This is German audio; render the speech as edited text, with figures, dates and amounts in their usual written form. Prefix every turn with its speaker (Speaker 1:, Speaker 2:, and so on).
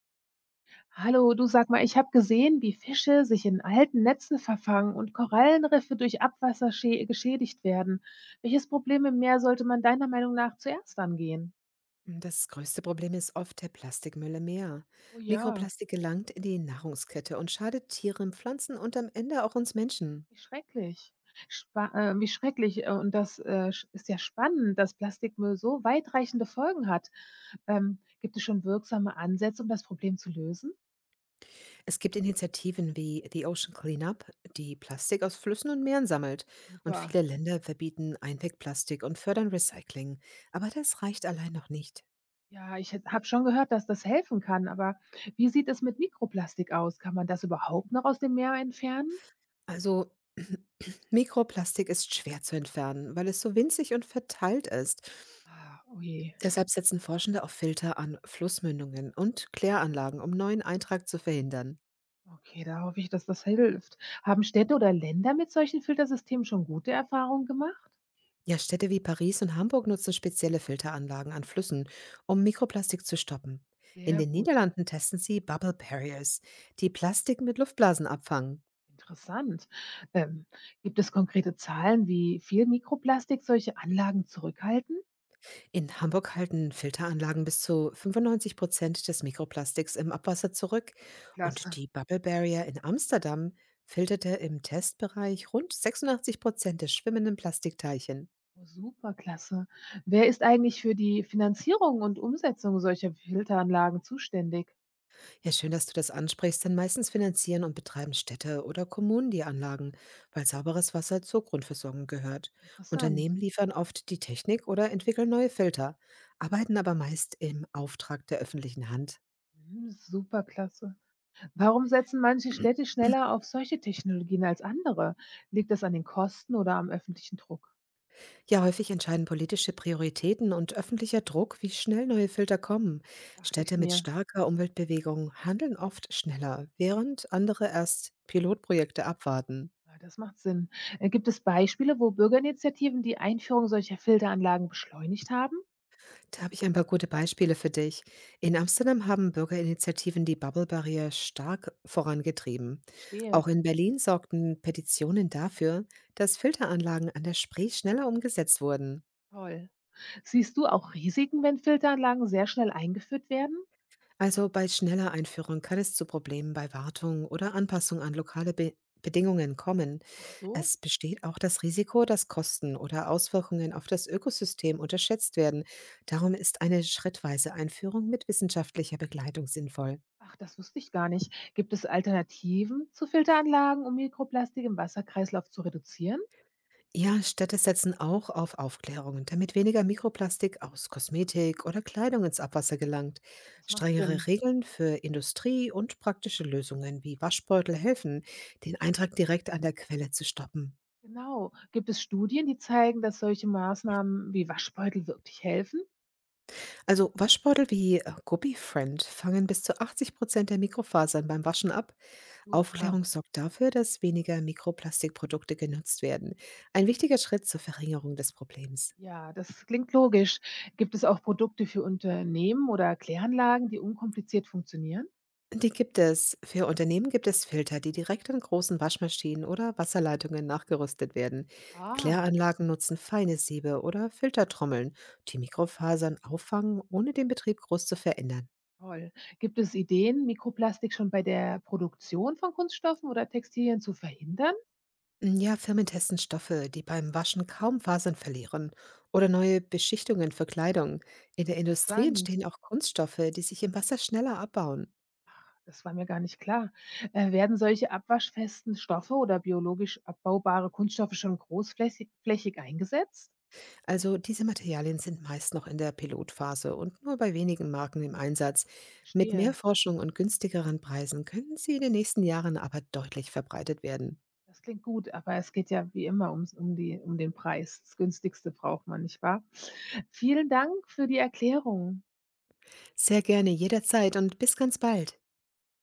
Speaker 1: Hallo, du, sag mal, ich habe gesehen, wie Fische sich in alten Netzen verfangen und Korallenriffe durch Abwasser geschädigt werden. Welches Problem im Meer sollte man deiner Meinung nach zuerst angehen?
Speaker 2: Das größte Problem ist oft der Plastikmüll im Meer.
Speaker 1: Oh ja,
Speaker 2: Mikroplastik gelangt in die Nahrungskette und schadet Tieren, Pflanzen und am Ende auch uns Menschen.
Speaker 1: wie schrecklich. Spa Wie schrecklich. Und ist ja spannend, dass Plastikmüll so weitreichende Folgen hat. Gibt es schon wirksame Ansätze, um das Problem zu lösen?
Speaker 2: Es gibt Initiativen wie The Ocean Cleanup, die Plastik aus Flüssen und Meeren sammelt. Und
Speaker 1: Super.
Speaker 2: viele Länder verbieten Einwegplastik und fördern Recycling. Aber das reicht allein noch nicht.
Speaker 1: Ja, ich habe schon gehört, dass das helfen kann, aber wie sieht es mit Mikroplastik aus? Kann man das überhaupt noch aus dem Meer entfernen?
Speaker 2: Also Mikroplastik ist schwer zu entfernen, weil es so winzig und verteilt ist.
Speaker 1: Ah, oh.
Speaker 2: Deshalb setzen Forschende auf Filter an Flussmündungen und Kläranlagen, um neuen Eintrag zu verhindern.
Speaker 1: Okay, da hoffe ich, dass das hilft. Haben Städte oder Länder mit solchen Filtersystemen schon gute Erfahrungen gemacht?
Speaker 2: Ja, Städte wie Paris und Hamburg nutzen spezielle Filteranlagen an Flüssen, um Mikroplastik zu stoppen. In
Speaker 1: Sehr
Speaker 2: den
Speaker 1: gut.
Speaker 2: Niederlanden testen sie Bubble Barriers, die Plastik mit Luftblasen abfangen.
Speaker 1: Interessant. Ähm, Gibt es konkrete Zahlen, wie viel Mikroplastik solche Anlagen zurückhalten?
Speaker 2: In Hamburg halten Filteranlagen bis zu 95% des Mikroplastiks im Abwasser zurück, und
Speaker 1: Klasse.
Speaker 2: die Bubble Barrier in Amsterdam filterte im Testbereich rund 86% des schwimmenden Plastikteichen.
Speaker 1: Oh, super, klasse. Wer ist eigentlich für die Finanzierung und Umsetzung solcher Filteranlagen zuständig?
Speaker 2: Ja, schön, dass du das ansprichst, denn meistens finanzieren und betreiben Städte oder Kommunen die Anlagen, weil sauberes Wasser zur Grundversorgung gehört.
Speaker 1: Interessant.
Speaker 2: Unternehmen liefern oft die Technik oder entwickeln neue Filter, arbeiten aber meist im Auftrag der öffentlichen Hand.
Speaker 1: Mhm, super, klasse. Warum setzen manche Städte schneller auf solche Technologien als andere? Liegt das an den Kosten oder am öffentlichen Druck?
Speaker 2: Ja, häufig entscheiden politische Prioritäten und öffentlicher Druck, wie schnell neue Filter kommen.
Speaker 1: Dachte ich
Speaker 2: Städte mit
Speaker 1: mir.
Speaker 2: starker Umweltbewegung handeln oft schneller, während andere erst Pilotprojekte abwarten.
Speaker 1: Ja, das macht Sinn. Gibt es Beispiele, wo Bürgerinitiativen die Einführung solcher Filteranlagen beschleunigt haben?
Speaker 2: Da habe ich ein paar gute Beispiele für dich. In Amsterdam haben Bürgerinitiativen die Bubble-Barriere stark vorangetrieben. Auch
Speaker 1: Verstehe.
Speaker 2: in Berlin sorgten Petitionen dafür, dass Filteranlagen an der Spree schneller umgesetzt wurden.
Speaker 1: Toll. Siehst du auch Risiken, wenn Filteranlagen sehr schnell eingeführt werden?
Speaker 2: Also bei schneller Einführung kann es zu Problemen bei Wartung oder Anpassung an lokale Be Bedingungen kommen.
Speaker 1: Ach so.
Speaker 2: Es besteht auch das Risiko, dass Kosten oder Auswirkungen auf das Ökosystem unterschätzt werden. Darum ist eine schrittweise Einführung mit wissenschaftlicher Begleitung sinnvoll.
Speaker 1: Ach, das wusste ich gar nicht. Gibt es Alternativen zu Filteranlagen, um Mikroplastik im Wasserkreislauf zu reduzieren?
Speaker 2: Ja, Städte setzen auch auf Aufklärung, damit weniger Mikroplastik aus Kosmetik oder Kleidung ins Abwasser gelangt.
Speaker 1: Das macht
Speaker 2: Strengere
Speaker 1: Sinn.
Speaker 2: Regeln für Industrie und praktische Lösungen wie Waschbeutel helfen, den Eintrag direkt an der Quelle zu stoppen.
Speaker 1: Genau. Gibt es Studien, die zeigen, dass solche Maßnahmen wie Waschbeutel wirklich helfen?
Speaker 2: Also Waschbeutel wie Guppy Friend fangen bis zu 80% der Mikrofasern beim Waschen ab.
Speaker 1: Super.
Speaker 2: Aufklärung sorgt dafür, dass weniger Mikroplastikprodukte genutzt werden. Ein wichtiger Schritt zur Verringerung des Problems.
Speaker 1: Ja, das klingt logisch. Gibt es auch Produkte für Unternehmen oder Kläranlagen, die unkompliziert funktionieren?
Speaker 2: Die gibt es. Für Unternehmen gibt es Filter, die direkt an großen Waschmaschinen oder Wasserleitungen nachgerüstet werden.
Speaker 1: Ah,
Speaker 2: Kläranlagen nutzen feine Siebe oder Filtertrommeln, die Mikrofasern auffangen, ohne den Betrieb groß zu verändern.
Speaker 1: toll. Gibt es Ideen, Mikroplastik schon bei der Produktion von Kunststoffen oder Textilien zu verhindern?
Speaker 2: Ja, Firmen testen Stoffe, die beim Waschen kaum Fasern verlieren, oder neue Beschichtungen für Kleidung. In der Industrie
Speaker 1: Sand,
Speaker 2: entstehen auch Kunststoffe, die sich im Wasser schneller abbauen.
Speaker 1: das war mir gar nicht klar. Werden solche abwaschfesten Stoffe oder biologisch abbaubare Kunststoffe schon großflächig flächig eingesetzt?
Speaker 2: Also diese Materialien sind meist noch in der Pilotphase und nur bei wenigen Marken im Einsatz. Mit mehr
Speaker 1: Verstehe.
Speaker 2: Forschung und günstigeren Preisen können sie in den nächsten Jahren aber deutlich verbreitet werden.
Speaker 1: Das klingt gut, aber es geht ja wie immer ums um die um den Preis. Das Günstigste braucht man, nicht wahr? Vielen Dank für die Erklärung.
Speaker 2: Sehr gerne, jederzeit und bis ganz bald.